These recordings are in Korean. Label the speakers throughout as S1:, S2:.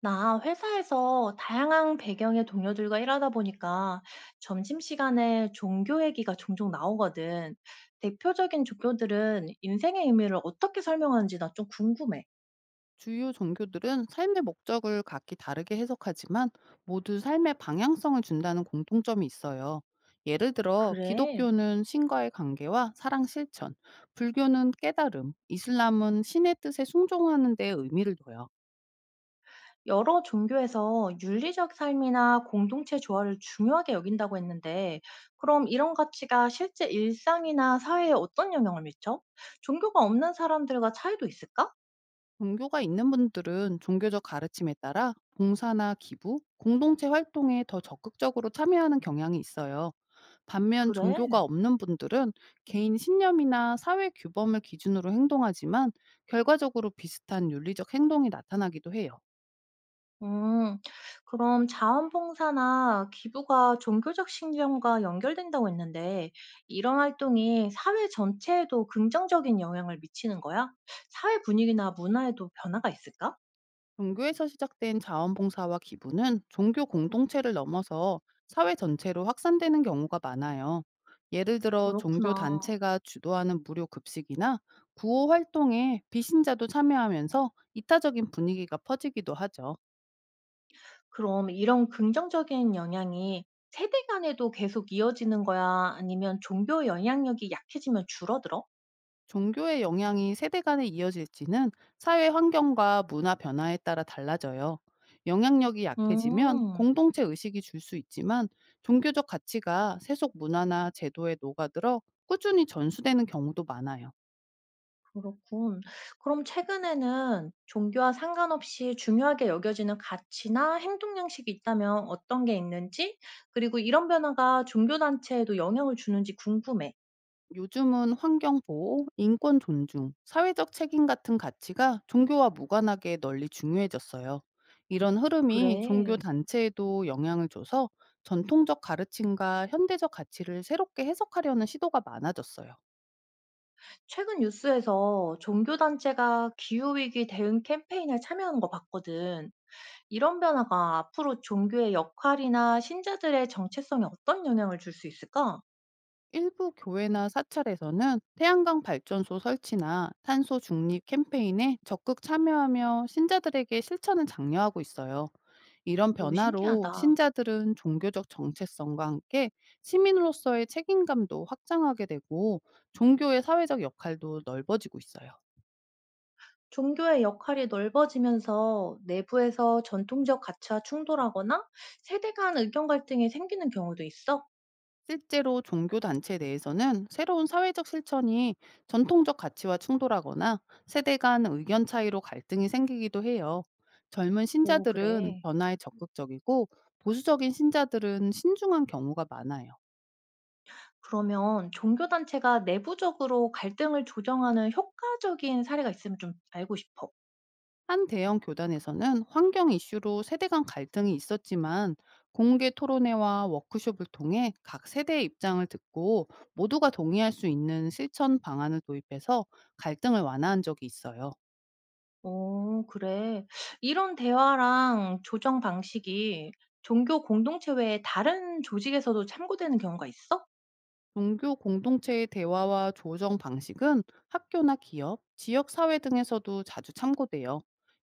S1: 나 회사에서 다양한 배경의 동료들과 일하다 보니까 점심시간에 종교 얘기가 종종 나오거든. 대표적인 종교들은 인생의 의미를 어떻게 설명하는지 나 좀 궁금해.
S2: 주요 종교들은 삶의 목적을 각기 다르게 해석하지만 모두 삶의 방향성을 준다는 공통점이 있어요. 예를 들어
S1: 그래.
S2: 기독교는 신과의 관계와 사랑 실천, 불교는 깨달음, 이슬람은 신의 뜻에 순종하는 데 의미를 둬요.
S1: 여러 종교에서 윤리적 삶이나 공동체 조화를 중요하게 여긴다고 했는데, 그럼 이런 가치가 실제 일상이나 사회에 어떤 영향을 미쳐? 종교가 없는 사람들과 차이도 있을까?
S2: 종교가 있는 분들은 종교적 가르침에 따라 봉사나 기부, 공동체 활동에 더 적극적으로 참여하는 경향이 있어요. 반면
S1: 그래.
S2: 종교가 없는 분들은 개인 신념이나 사회 규범을 기준으로 행동하지만 결과적으로 비슷한 윤리적 행동이 나타나기도 해요.
S1: 음, 그럼 자원봉사나 기부가 종교적 신념과 연결된다고 했는데, 이런 활동이 사회 전체에도 긍정적인 영향을 미치는 거야? 사회 분위기나 문화에도 변화가 있을까?
S2: 종교에서 시작된 자원봉사와 기부는 종교 공동체를 넘어서 사회 전체로 확산되는 경우가 많아요. 예를 들어 종교
S1: 그렇구나.
S2: 단체가 주도하는 무료 급식이나 구호 활동에 비신자도 참여하면서 이타적인 분위기가 퍼지기도 하죠.
S1: 그럼 이런 긍정적인 영향이 세대 간에도 계속 이어지는 거야? 아니면 종교 영향력이 약해지면 줄어들어?
S2: 종교의 영향이 세대 간에 이어질지는 사회 환경과 문화 변화에 따라 달라져요. 영향력이 약해지면
S1: 음.
S2: 공동체 의식이 줄 수 있지만, 종교적 가치가 세속 문화나 제도에 녹아들어 꾸준히 전수되는 경우도 많아요.
S1: 그렇군. 그럼 최근에는 종교와 상관없이 중요하게 여겨지는 가치나 행동 양식이 있다면 어떤 게 있는지, 그리고 이런 변화가 종교단체에도 영향을 주는지 궁금해.
S2: 요즘은 환경 보호, 인권 존중, 사회적 책임 같은 가치가 종교와 무관하게 널리 중요해졌어요. 이런 흐름이 종교
S1: 그래.
S2: 단체에도 영향을 줘서 전통적 가르침과 현대적 가치를 새롭게 해석하려는 시도가 많아졌어요.
S1: 최근 뉴스에서 종교단체가 기후위기 대응 캠페인에 참여하는 거 봤거든. 이런 변화가 앞으로 종교의 역할이나 신자들의 정체성에 어떤 영향을 줄 수 있을까?
S2: 일부 교회나 사찰에서는 태양광 발전소 설치나 탄소 중립 캠페인에 적극 참여하며 신자들에게 실천을 장려하고 있어요. 이런
S1: 오,
S2: 변화로
S1: 신기하다.
S2: 신자들은 종교적 정체성과 함께 시민으로서의 책임감도 확장하게 되고, 종교의 사회적 역할도 넓어지고 있어요.
S1: 종교의 역할이 넓어지면서 내부에서 전통적 가치와 충돌하거나 세대 간 의견 갈등이 생기는 경우도 있어?
S2: 실제로 종교 단체 내에서는 새로운 사회적 실천이 전통적 가치와 충돌하거나 세대 간 의견 차이로 갈등이 생기기도 해요. 젊은
S1: 오,
S2: 신자들은
S1: 그래.
S2: 변화에 적극적이고, 보수적인 신자들은 신중한 경우가 많아요.
S1: 그러면 종교단체가 내부적으로 갈등을 조정하는 효과적인 사례가 있으면 좀 알고 싶어.
S2: 한 대형 교단에서는 환경 이슈로 세대 간 갈등이 있었지만, 공개 토론회와 워크숍을 통해 각 세대의 입장을 듣고 모두가 동의할 수 있는 실천 방안을 도입해서 갈등을 완화한 적이 있어요.
S1: 오, 그래. 이런 대화랑 조정 방식이 종교 공동체 외에 다른 조직에서도 참고되는 경우가 있어?
S2: 종교 공동체의 대화와 조정 방식은 학교나 기업, 지역 사회 등에서도 자주 참고돼요.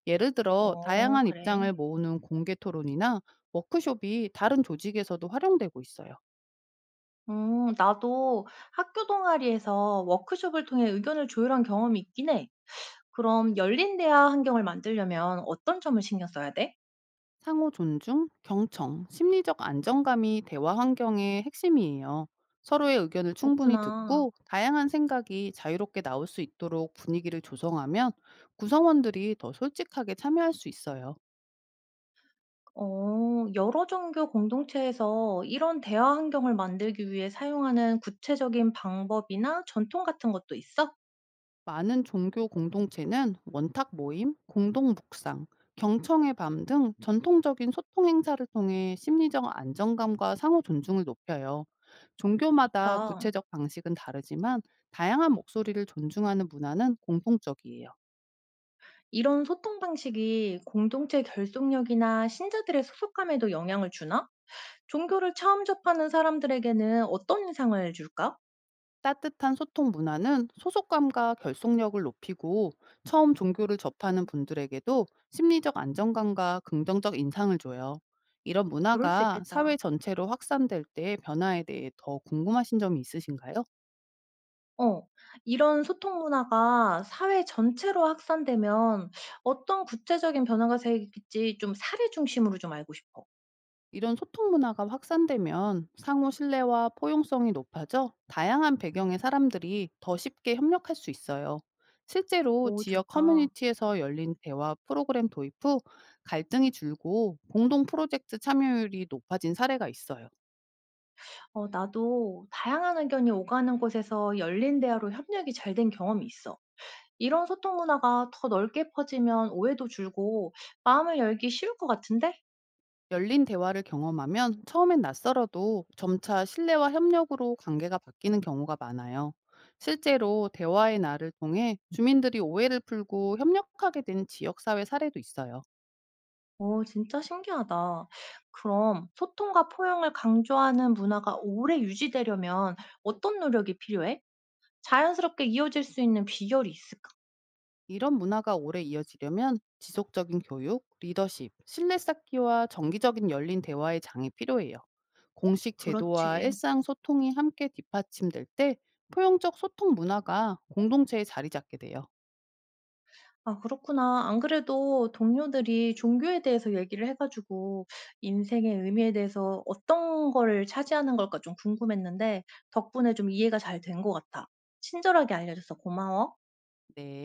S2: 예를 들어
S1: 어,
S2: 다양한 입장을
S1: 그래.
S2: 모으는 공개 토론이나 워크숍이 다른 조직에서도 활용되고 있어요.
S1: 나도 학교 동아리에서 워크숍을 통해 의견을 조율한 경험이 있긴 해. 그럼 열린 대화 환경을 만들려면 어떤 점을 신경 써야 돼?
S2: 상호 존중, 경청, 심리적 안정감이 대화 환경의 핵심이에요. 서로의 의견을 충분히
S1: 그렇구나.
S2: 듣고 다양한 생각이 자유롭게 나올 수 있도록 분위기를 조성하면 구성원들이 더 솔직하게 참여할 수 있어요.
S1: 어, 여러 종교 공동체에서 이런 대화 환경을 만들기 위해 사용하는 구체적인 방법이나 전통 같은 것도 있어?
S2: 많은 종교 공동체는 원탁 모임, 공동 묵상, 경청의 밤 등 전통적인 소통 행사를 통해 심리적 안정감과 상호 존중을 높여요. 종교마다
S1: 좋다.
S2: 구체적 방식은 다르지만 다양한 목소리를 존중하는 문화는 공통적이에요.
S1: 이런 소통 방식이 공동체 결속력이나 신자들의 소속감에도 영향을 주나? 종교를 처음 접하는 사람들에게는 어떤 인상을 줄까?
S2: 따뜻한 소통 문화는 소속감과 결속력을 높이고, 처음 종교를 접하는 분들에게도 심리적 안정감과 긍정적 인상을 줘요. 이런
S1: 그럴 수
S2: 문화가
S1: 있겠다.
S2: 사회 전체로 확산될 때의 변화에 대해 더 궁금하신 점이 있으신가요?
S1: 어. 이런 소통 문화가 사회 전체로 확산되면 어떤 구체적인 변화가 생길지 좀 사례 중심으로 좀 알고 싶어.
S2: 이런 소통 문화가 확산되면 상호 신뢰와 포용성이 높아져 다양한 배경의 사람들이 더 쉽게 협력할 수 있어요. 실제로
S1: 오,
S2: 지역
S1: 좋다.
S2: 커뮤니티에서 열린 대화 프로그램 도입 후 갈등이 줄고 공동 프로젝트 참여율이 높아진 사례가 있어요.
S1: 어, 나도 다양한 의견이 오가는 곳에서 열린 대화로 협력이 잘 된 경험이 있어. 이런 소통 문화가 더 넓게 퍼지면 오해도 줄고 마음을 열기 쉬울 것 같은데?
S2: 열린 대화를 경험하면 처음엔 낯설어도 점차 신뢰와 협력으로 관계가 바뀌는 경우가 많아요. 실제로 대화의 날을 통해 주민들이 오해를 풀고 협력하게 된 지역사회 사례도 있어요.
S1: 오, 진짜 신기하다. 그럼 소통과 포용을 강조하는 문화가 오래 유지되려면 어떤 노력이 필요해? 자연스럽게 이어질 수 있는 비결이 있을까?
S2: 이런 문화가 오래 이어지려면 지속적인 교육, 리더십, 신뢰 쌓기와 정기적인 열린 대화의 장이 필요해요. 공식 제도와
S1: 그렇지.
S2: 일상 소통이 함께 뒷받침될 때 포용적 소통 문화가 공동체에 자리 잡게 돼요.
S1: 아, 그렇구나. 안 그래도 동료들이 종교에 대해서 얘기를 해 가지고 인생의 의미에 대해서 어떤 거를 차지하는 걸까 좀 궁금했는데 덕분에 좀 이해가 잘 된 것 같아. 친절하게 알려줘서 고마워.
S2: 네.